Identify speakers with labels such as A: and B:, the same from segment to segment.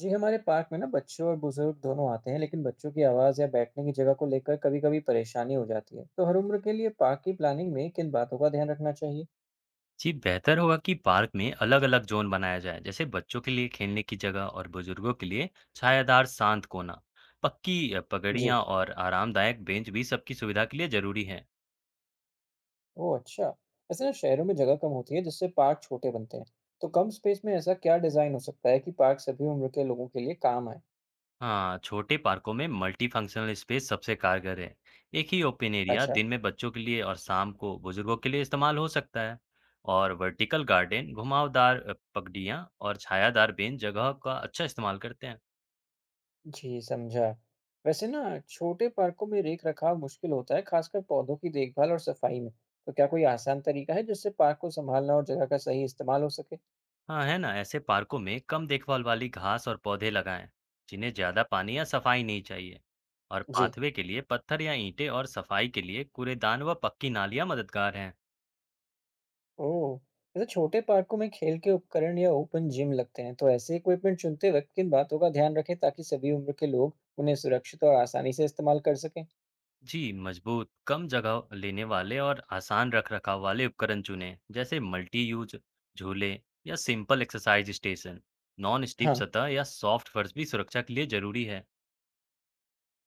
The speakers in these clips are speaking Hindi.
A: जी, हमारे पार्क में ना बच्चों और बुजुर्ग दोनों आते हैं, लेकिन बच्चों की आवाज़ या बैठने की जगह को लेकर कभी कभी परेशानी हो जाती है। तो हर उम्र के लिए पार्क की प्लानिंग में किन बातों का ध्यान रखना चाहिए?
B: जी, बेहतर होगा कि पार्क में अलग-अलग जोन बनाया जाए, जैसे बच्चों के लिए खेलने की जगह और बुजुर्गों के लिए छायादार शांत कोना। पक्की
A: जी,
B: पगड़ियाँ और आरामदायक बेंच भी सबकी सुविधा के लिए जरूरी है।
A: ओह अच्छा। ऐसे ना शहरों में जगह कम होती है, जिससे पार्क छोटे बनते हैं। तो कम स्पेस में ऐसा क्या डिज़ाइन हो सकता है कि पार्क सभी उम्र के लोगों के लिए काम आए?
B: हाँ, छोटे पार्कों में मल्टी फंक्शनल स्पेस सबसे कारगर है। एक ही ओपन एरिया
A: अच्छा,
B: दिन में बच्चों के लिए और शाम को बुजुर्गों के लिए इस्तेमाल हो सकता है। और वर्टिकल गार्डन, घुमावदार पगड़ियाँ और छायादार बेंच जगह का अच्छा इस्तेमाल करते हैं।
A: जी समझा। वैसे ना छोटे पार्कों में रेख रखाव मुश्किल होता है, खासकर पौधों की देखभाल और सफाई में। तो क्या कोई आसान तरीका है जिससे पार्क को संभालना और जगह का सही इस्तेमाल हो सके?
B: हाँ, है ना, ऐसे पार्कों में कम देखभाल वाली घास और पौधे लगाएं जिन्हें ज्यादा पानी या सफाई नहीं चाहिए। और
A: जी,
B: पाथवे के लिए पत्थर या ईंटें और सफाई के लिए कूड़ेदान व पक्की नालियां मददगार हैं।
A: ओह! वैसे छोटे पार्कों में खेल के उपकरण या ओपन जिम लगते हैं, तो ऐसे इक्विपमेंट चुनते वक़्त किन बातों का ध्यान रखें ताकि सभी उम्र के लोग उन्हें सुरक्षित और आसानी से इस्तेमाल कर सकें?
B: जी, मजबूत कम जगह लेने वाले और आसान रख रखाव वाले उपकरण चुनें, जैसे मल्टी यूज झूले या simple exercise station. Non slip
A: हाँ।
B: सतह या सॉफ्ट फर्श भी सुरक्षा के लिए जरूरी है।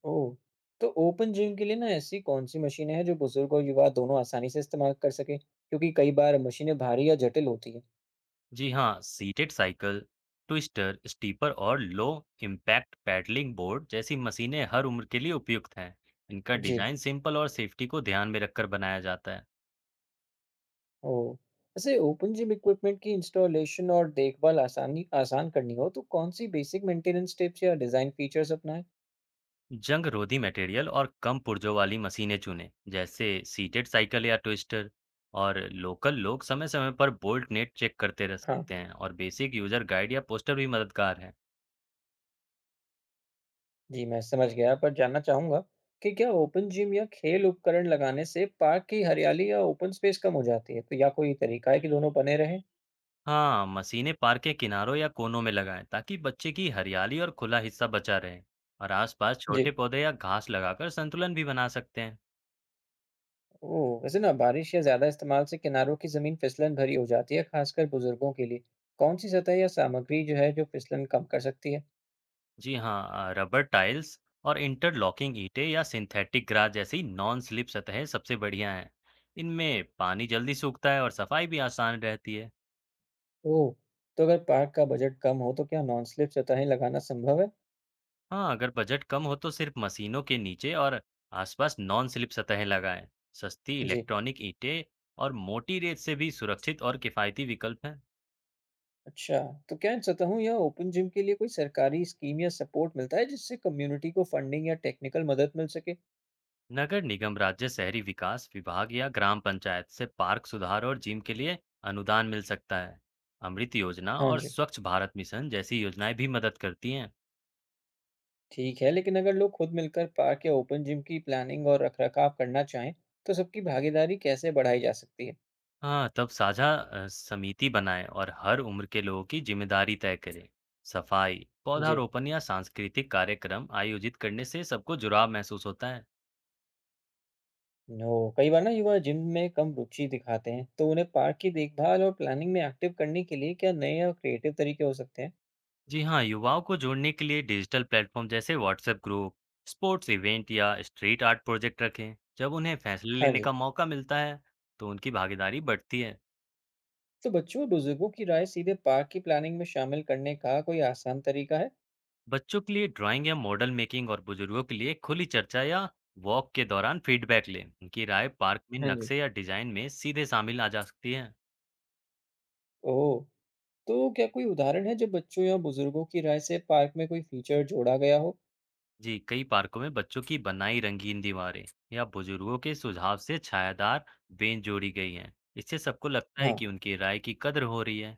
A: ओह! तो ओपन जिम के लिए ना ऐसी कौन-सी मशीनें हैं जो बुज़ुर्ग और युवा दोनों आसानी से इस्तेमाल कर सकें? क्योंकि कई बार मशीनें भारी या जटिल होती हैं।
B: जी हाँ, सीटेड साइकिल, ट्विस्टर स्टीपर और लो इम्पैक्ट पैडलिंग बोर्ड जैसी मशीनें हर उम्र के लिए उपयुक्त हैं। इनका
A: जी।
B: डिजाइन सिंपल और सेफ्टी को ध्यान में रखकर बनाया जाता है।
A: ओह! वैसे ओपन जिम इक्विपमेंट की इंस्टॉलेशन और देखभाल आसानी आसान करनी हो, तो कौन-सी बेसिक मेंटेनेंस टिप्स या डिज़ाइन फीचर्स अपनाएँ?
B: जंग रोधी मटेरियल और कम पुर्जों वाली मशीनें चुनें, जैसे सीटेड साइकिल या ट्विस्टर। और लोकल लोग समय समय पर बोल्ट नेट चेक करते रह
A: हाँ।
B: सकते हैं, और बेसिक यूजर गाइड या पोस्टर भी मददगार है।
A: जी, मैं समझ गया, पर जानना चाहूँगा कि क्या ओपन जिम या खेल उपकरण लगाने से पार्क की हरियाली या ओपन स्पेस कम हो जाती है? तो या कोई तरीका है कि दोनों बने रहें?
B: हाँ, मशीनें पार्क के किनारों या कोनों में लगाएं ताकि बच्चे की हरियाली और खुला हिस्सा बचा रहे। और आसपास छोटे
A: जी।
B: पौधे या घास लगाकर संतुलन भी बना सकते हैं।
A: ओह! वैसे ना बारिश या ज़्यादा इस्तेमाल से किनारों की ज़मीन फिसलन भरी हो जाती है, खासकर बुजुर्गों के लिए। कौन-सी सतह या सामग्री जो है, जो फिसलन कम कर सकती है?
B: जी हाँ, रबर टाइल्स और इंटरलॉकिंग ईंटें या सिंथेटिक ग्रास जैसी नॉन स्लिप सतहें सबसे बढ़िया हैं। इनमें पानी जल्दी सूखता है और सफाई भी आसान रहती है।
A: ओह! तो अगर पार्क का बजट कम हो तो क्या नॉन स्लिप सतहें लगाना संभव है?
B: हाँ, अगर बजट कम हो तो सिर्फ मशीनों के नीचे और आसपास नॉन स्लिप सतहें लगाएं। सस्ती
A: जी।
B: इलेक्ट्रॉनिक ईंटें और मोटी रेत से भी सुरक्षित और किफायती विकल्प हैं।
A: अच्छा, तो क्या इन सतहों या ओपन जिम के लिए कोई सरकारी स्कीम या सपोर्ट मिलता है, जिससे कम्युनिटी को फंडिंग या टेक्निकल मदद मिल सके?
B: नगर निगम, राज्य शहरी विकास विभाग या ग्राम पंचायत से पार्क सुधार और जिम के लिए अनुदान मिल सकता है। अमृत योजना
A: हाँ
B: और
A: जी,
B: स्वच्छ भारत मिशन जैसी योजनाएं भी मदद करती हैं।
A: ठीक है, लेकिन अगर लोग खुद मिलकर पार्क या ओपन जिम की प्लानिंग और रखरखाव करना चाहें, तो सबकी भागीदारी कैसे बढ़ाई जा सकती है?
B: हाँ, तब साझा समिति बनाएं और हर उम्र के लोगों की जिम्मेदारी तय करें। सफाई,
A: जी।
B: पौधारोपण या सांस्कृतिक कार्यक्रम आयोजित करने से सबको जुड़ाव महसूस होता है।
A: नो, कई बार ना युवा जिम में कम रुचि दिखाते हैं, तो उन्हें पार्क की देखभाल और प्लानिंग में एक्टिव करने के लिए क्या नए और क्रिएटिव तरीके हो सकते हैं?
B: जी हाँ, युवाओं को जोड़ने के लिए डिजिटल प्लेटफॉर्म जैसे व्हाट्सएप ग्रुप, स्पोर्ट्स इवेंट या स्ट्रीट आर्ट प्रोजेक्ट रखें। जब उन्हें फैसले
A: हाँ
B: लेने
A: जी।
B: का मौका मिलता है तो उनकी भागीदारी बढ़ती है।
A: तो बच्चों और बुजुर्गों की राय सीधे पार्क की प्लानिंग में शामिल करने का कोई आसान तरीका है?
B: बच्चों के लिए ड्राइंग या मॉडल मेकिंग और बुजुर्गों के लिए खुली चर्चा या वॉक के दौरान फीडबैक लें। उनकी राय पार्क में
A: हाँ जी,
B: नक्शे या डिजाइन में सीधे शामिल आ जा सकती है।
A: ओह! तो क्या कोई उदाहरण है जब बच्चों या बुजुर्गों की राय से पार्क में कोई फीचर जोड़ा गया हो?
B: जी, कई पार्कों में बच्चों की बनाई रंगीन दीवारें या बुजुर्गों के सुझाव से छायादार बेंच जोड़ी गई हैं। इससे सबको लगता है
A: हाँ।
B: कि उनकी राय की कद्र हो रही है।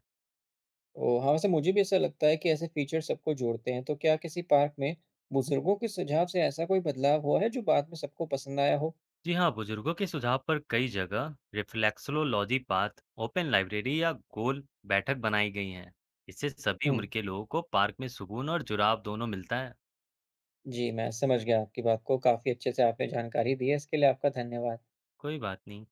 A: ओह! हाँ, वैसे मुझे भी ऐसा लगता है कि ऐसे फीचर सबको जोड़ते हैं, तो क्या किसी पार्क में बुजुर्गों के सुझाव से ऐसा कोई बदलाव हुआ है जो बाद में सबको पसंद आया हो?
B: जी हाँ, बुजुर्गों के सुझाव पर कई जगह रिफ्लेक्सोलॉजी पाथ, ओपन लाइब्रेरी या गोल बैठक बनाई गई हैं। इससे सभी
A: हुँ,
B: उम्र के लोगों को पार्क में सुकून और जुड़ाव दोनों मिलता है।
A: जी, मैं समझ गया आपकी बात को। काफ़ी अच्छे से आपने जानकारी दी है, इसके लिए आपका धन्यवाद।
B: कोई बात नहीं।